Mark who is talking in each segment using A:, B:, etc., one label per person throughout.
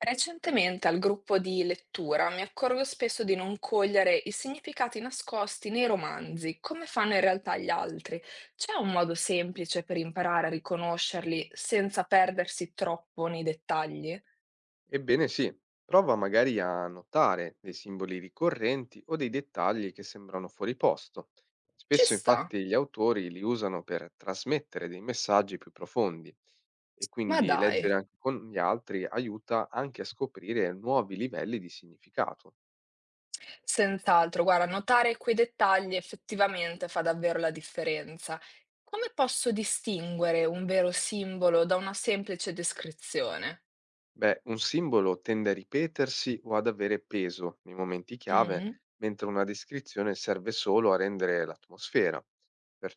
A: Recentemente al gruppo di lettura mi accorgo spesso di non cogliere i significati nascosti nei romanzi, come fanno in realtà gli altri. C'è un modo semplice per imparare a riconoscerli senza perdersi troppo nei dettagli?
B: Ebbene sì, prova magari a notare dei simboli ricorrenti o dei dettagli che sembrano fuori posto.
A: Ci
B: Spesso
A: sta,
B: infatti gli autori li usano per trasmettere dei messaggi più profondi e
A: ma
B: quindi
A: dai.
B: leggere anche con gli altri aiuta anche a scoprire nuovi livelli di significato.
A: Senz'altro, guarda, notare quei dettagli effettivamente fa davvero la differenza. Come posso distinguere un vero simbolo da una semplice descrizione?
B: Beh, un simbolo tende a ripetersi o ad avere peso nei momenti chiave,
A: Mm.
B: mentre una descrizione serve solo a rendere l'atmosfera.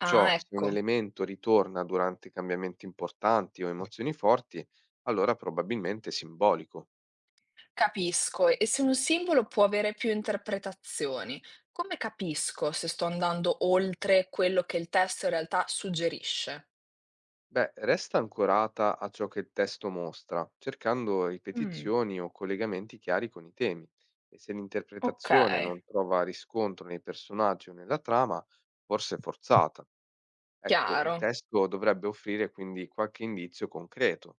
A: Ah,
B: se un
A: ecco.
B: elemento ritorna durante cambiamenti importanti o emozioni forti, allora probabilmente è simbolico.
A: Capisco, e se un simbolo può avere più interpretazioni, come capisco se sto andando oltre quello che il testo in realtà suggerisce?
B: Beh, resta ancorata a ciò che il testo mostra, cercando
A: Mm,
B: ripetizioni o collegamenti chiari con i temi. E se
A: ok,
B: l'interpretazione non trova riscontro nei personaggi o nella trama, forse è forzata. Ecco,
A: chiaro.
B: il testo dovrebbe offrire quindi qualche indizio concreto.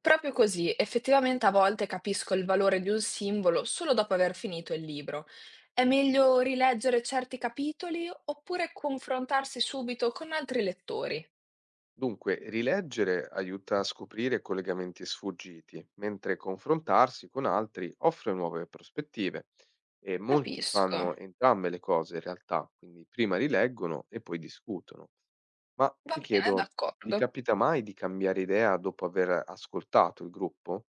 A: Proprio così, effettivamente a volte capisco il valore di un simbolo solo dopo aver finito il libro. È meglio rileggere certi capitoli oppure confrontarsi subito con altri lettori?
B: Dunque, rileggere aiuta a scoprire collegamenti sfuggiti, mentre confrontarsi con altri offre nuove prospettive. E molti
A: Capisco.
B: fanno entrambe le cose in realtà, quindi prima rileggono e poi discutono. Ma
A: Va
B: ti
A: bene,
B: chiedo, ti
A: d'accordo.
B: capita mai di cambiare idea dopo aver ascoltato il gruppo?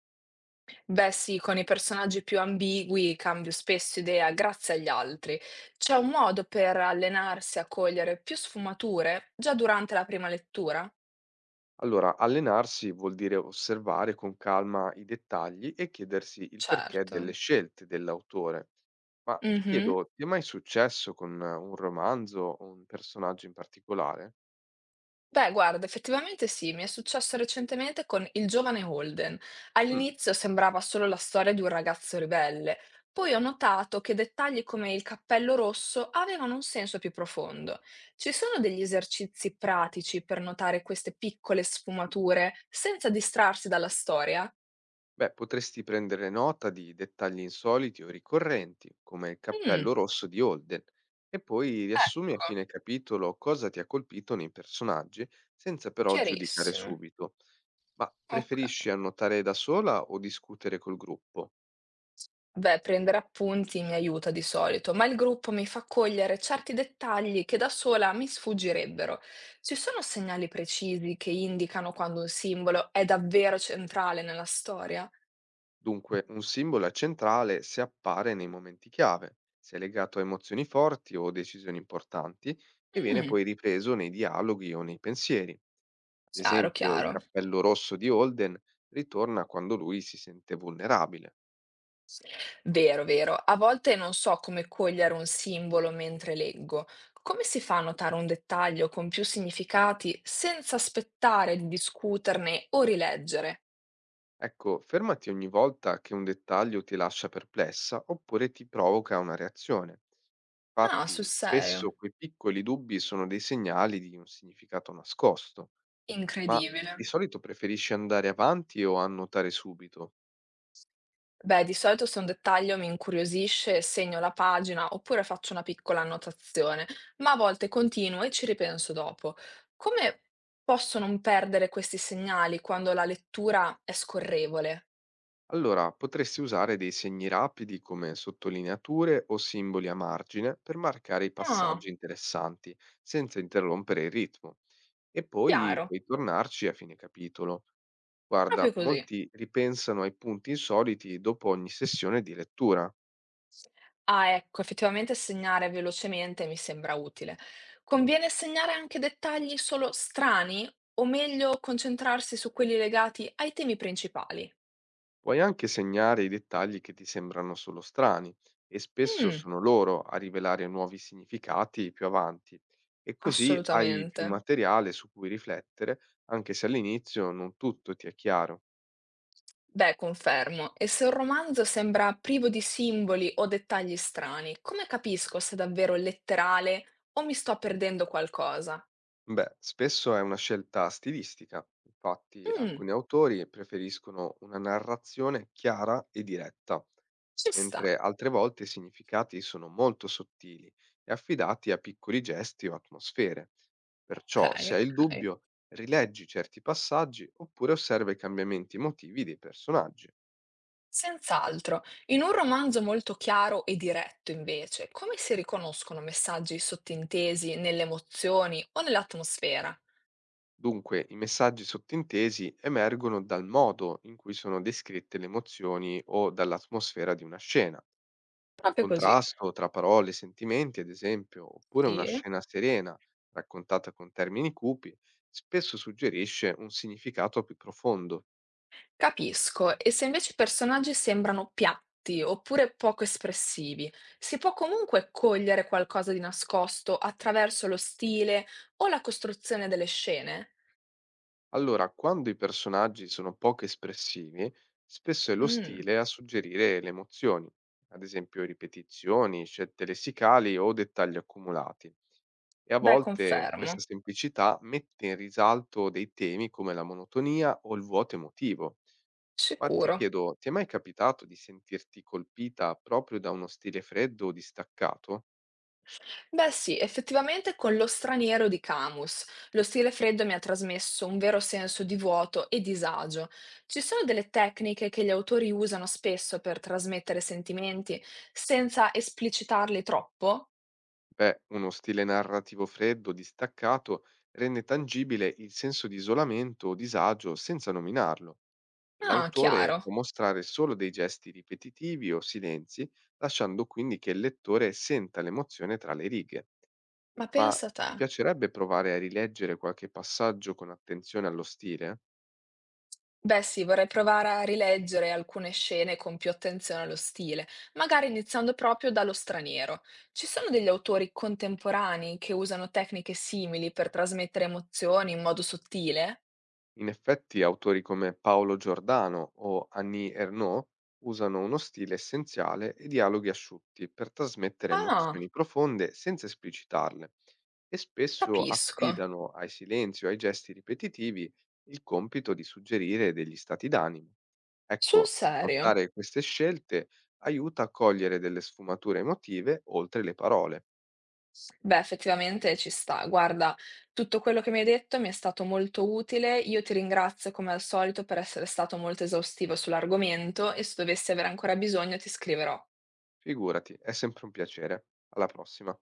A: Beh sì, con i personaggi più ambigui cambio spesso idea grazie agli altri. C'è un modo per allenarsi a cogliere più sfumature già durante la prima lettura?
B: Allora, allenarsi vuol dire osservare con calma i dettagli e chiedersi il perché delle
A: Certo.
B: scelte dell'autore. Ma ti
A: Mhm.
B: chiedo, ti è mai successo con un romanzo o un personaggio in particolare?
A: Beh, guarda, effettivamente sì, mi è successo recentemente con Il giovane Holden.
B: Mm.
A: All'inizio sembrava solo la storia di un ragazzo ribelle, poi ho notato che dettagli come il cappello rosso avevano un senso più profondo. Ci sono degli esercizi pratici per notare queste piccole sfumature senza distrarsi dalla storia?
B: Beh, potresti prendere nota di dettagli insoliti o ricorrenti, come il cappello
A: Mm,
B: rosso di Holden, e poi riassumi a
A: ecco,
B: fine capitolo cosa ti ha colpito nei personaggi, senza però giudicare
A: chiarissimo.
B: subito. Ma
A: Ok.
B: preferisci annotare da sola o discutere col gruppo?
A: Beh, prendere appunti mi aiuta di solito, ma il gruppo mi fa cogliere certi dettagli che da sola mi sfuggirebbero. Ci sono segnali precisi che indicano quando un simbolo è davvero centrale nella storia?
B: Dunque, un simbolo è centrale se appare nei momenti chiave, se è legato a emozioni forti o decisioni importanti e viene
A: Mm,
B: poi ripreso nei dialoghi o nei pensieri. Ad
A: chiaro,
B: esempio, il
A: chiaro.
B: cappello rosso di Holden ritorna quando lui si sente vulnerabile.
A: Vero, vero. A volte non so come cogliere un simbolo mentre leggo. Come si fa a notare un dettaglio con più significati senza aspettare di discuterne o rileggere?
B: Ecco, fermati ogni volta che un dettaglio ti lascia perplessa oppure ti provoca una reazione.
A: Ah, sul
B: Infatti,
A: serio.
B: spesso quei piccoli dubbi sono dei segnali di un significato nascosto. Ma
A: Incredibile.
B: di solito preferisci andare avanti o annotare subito?
A: Beh, di solito se un dettaglio mi incuriosisce, segno la pagina oppure faccio una piccola annotazione, ma a volte continuo e ci ripenso dopo. Come posso non perdere questi segnali quando la lettura è scorrevole?
B: Allora, potresti usare dei segni rapidi come sottolineature o simboli a margine per marcare i
A: Ah,
B: passaggi interessanti, senza interrompere il ritmo. E poi
A: chiaro,
B: puoi tornarci a fine capitolo. Guarda,
A: proprio così.
B: molti ripensano ai punti insoliti dopo ogni sessione di lettura.
A: Ah, ecco, effettivamente segnare velocemente mi sembra utile. Conviene segnare anche dettagli solo strani o meglio concentrarsi su quelli legati ai temi principali?
B: Puoi anche segnare i dettagli che ti sembrano solo strani e spesso
A: Mm,
B: sono loro a rivelare nuovi significati più avanti e così hai più
A: assolutamente.
B: materiale su cui riflettere, anche se all'inizio non tutto ti è chiaro.
A: Beh, confermo. E se un romanzo sembra privo di simboli o dettagli strani, come capisco se è davvero letterale o mi sto perdendo qualcosa?
B: Beh, spesso è una scelta stilistica, infatti
A: Mm,
B: alcuni autori preferiscono una narrazione chiara e diretta,
A: ci sta.
B: mentre altre volte i significati sono molto sottili e affidati a piccoli gesti o atmosfere.
A: Ok,
B: Perciò, se hai il
A: ok.
B: dubbio, rileggi certi passaggi oppure osserva i cambiamenti emotivi dei personaggi.
A: Senz'altro. In un romanzo molto chiaro e diretto, invece, come si riconoscono messaggi sottintesi nelle emozioni o nell'atmosfera?
B: Dunque, i messaggi sottintesi emergono dal modo in cui sono descritte le emozioni o dall'atmosfera di una scena. Un
A: Proprio così.
B: contrasto tra parole e sentimenti, ad esempio, oppure una
A: Sì.
B: scena serena, raccontata con termini cupi, spesso suggerisce un significato più profondo.
A: Capisco, e se invece i personaggi sembrano piatti oppure poco espressivi, si può comunque cogliere qualcosa di nascosto attraverso lo stile o la costruzione delle scene?
B: Allora, quando i personaggi sono poco espressivi, spesso è lo
A: Mm,
B: stile a suggerire le emozioni, ad esempio ripetizioni, scelte lessicali o dettagli accumulati. E a
A: beh,
B: volte questa
A: confermo,
B: semplicità mette in risalto dei temi come la monotonia o il vuoto emotivo. Ma ti
A: sicuro.
B: chiedo, ti è mai capitato di sentirti colpita proprio da uno stile freddo o distaccato?
A: Beh sì, effettivamente con Lo straniero di Camus, lo stile freddo mi ha trasmesso un vero senso di vuoto e disagio. Ci sono delle tecniche che gli autori usano spesso per trasmettere sentimenti senza esplicitarli troppo?
B: Beh, uno stile narrativo freddo, distaccato, rende tangibile il senso di isolamento o disagio senza nominarlo.
A: Ah,
B: L'autore
A: chiaro.
B: può mostrare solo dei gesti ripetitivi o silenzi, lasciando quindi che il lettore senta l'emozione tra le righe.
A: Ma
B: Ma
A: pensa a te.
B: ti piacerebbe provare a rileggere qualche passaggio con attenzione allo stile?
A: Beh, sì, vorrei provare a rileggere alcune scene con più attenzione allo stile, magari iniziando proprio dallo straniero. Ci sono degli autori contemporanei che usano tecniche simili per trasmettere emozioni in modo sottile?
B: In effetti, autori come Paolo Giordano o Annie Ernaux usano uno stile essenziale e dialoghi asciutti per trasmettere
A: Ah,
B: emozioni profonde senza esplicitarle e spesso
A: capisco.
B: affidano ai silenzi o ai gesti ripetitivi il compito di suggerire degli stati d'animo.
A: Sul
B: Ecco,
A: serio.
B: notare queste scelte aiuta a cogliere delle sfumature emotive oltre le parole.
A: Beh, effettivamente ci sta. Guarda, tutto quello che mi hai detto mi è stato molto utile. Io ti ringrazio come al solito per essere stato molto esaustivo sull'argomento e se dovessi avere ancora bisogno ti scriverò.
B: Figurati, è sempre un piacere. Alla prossima.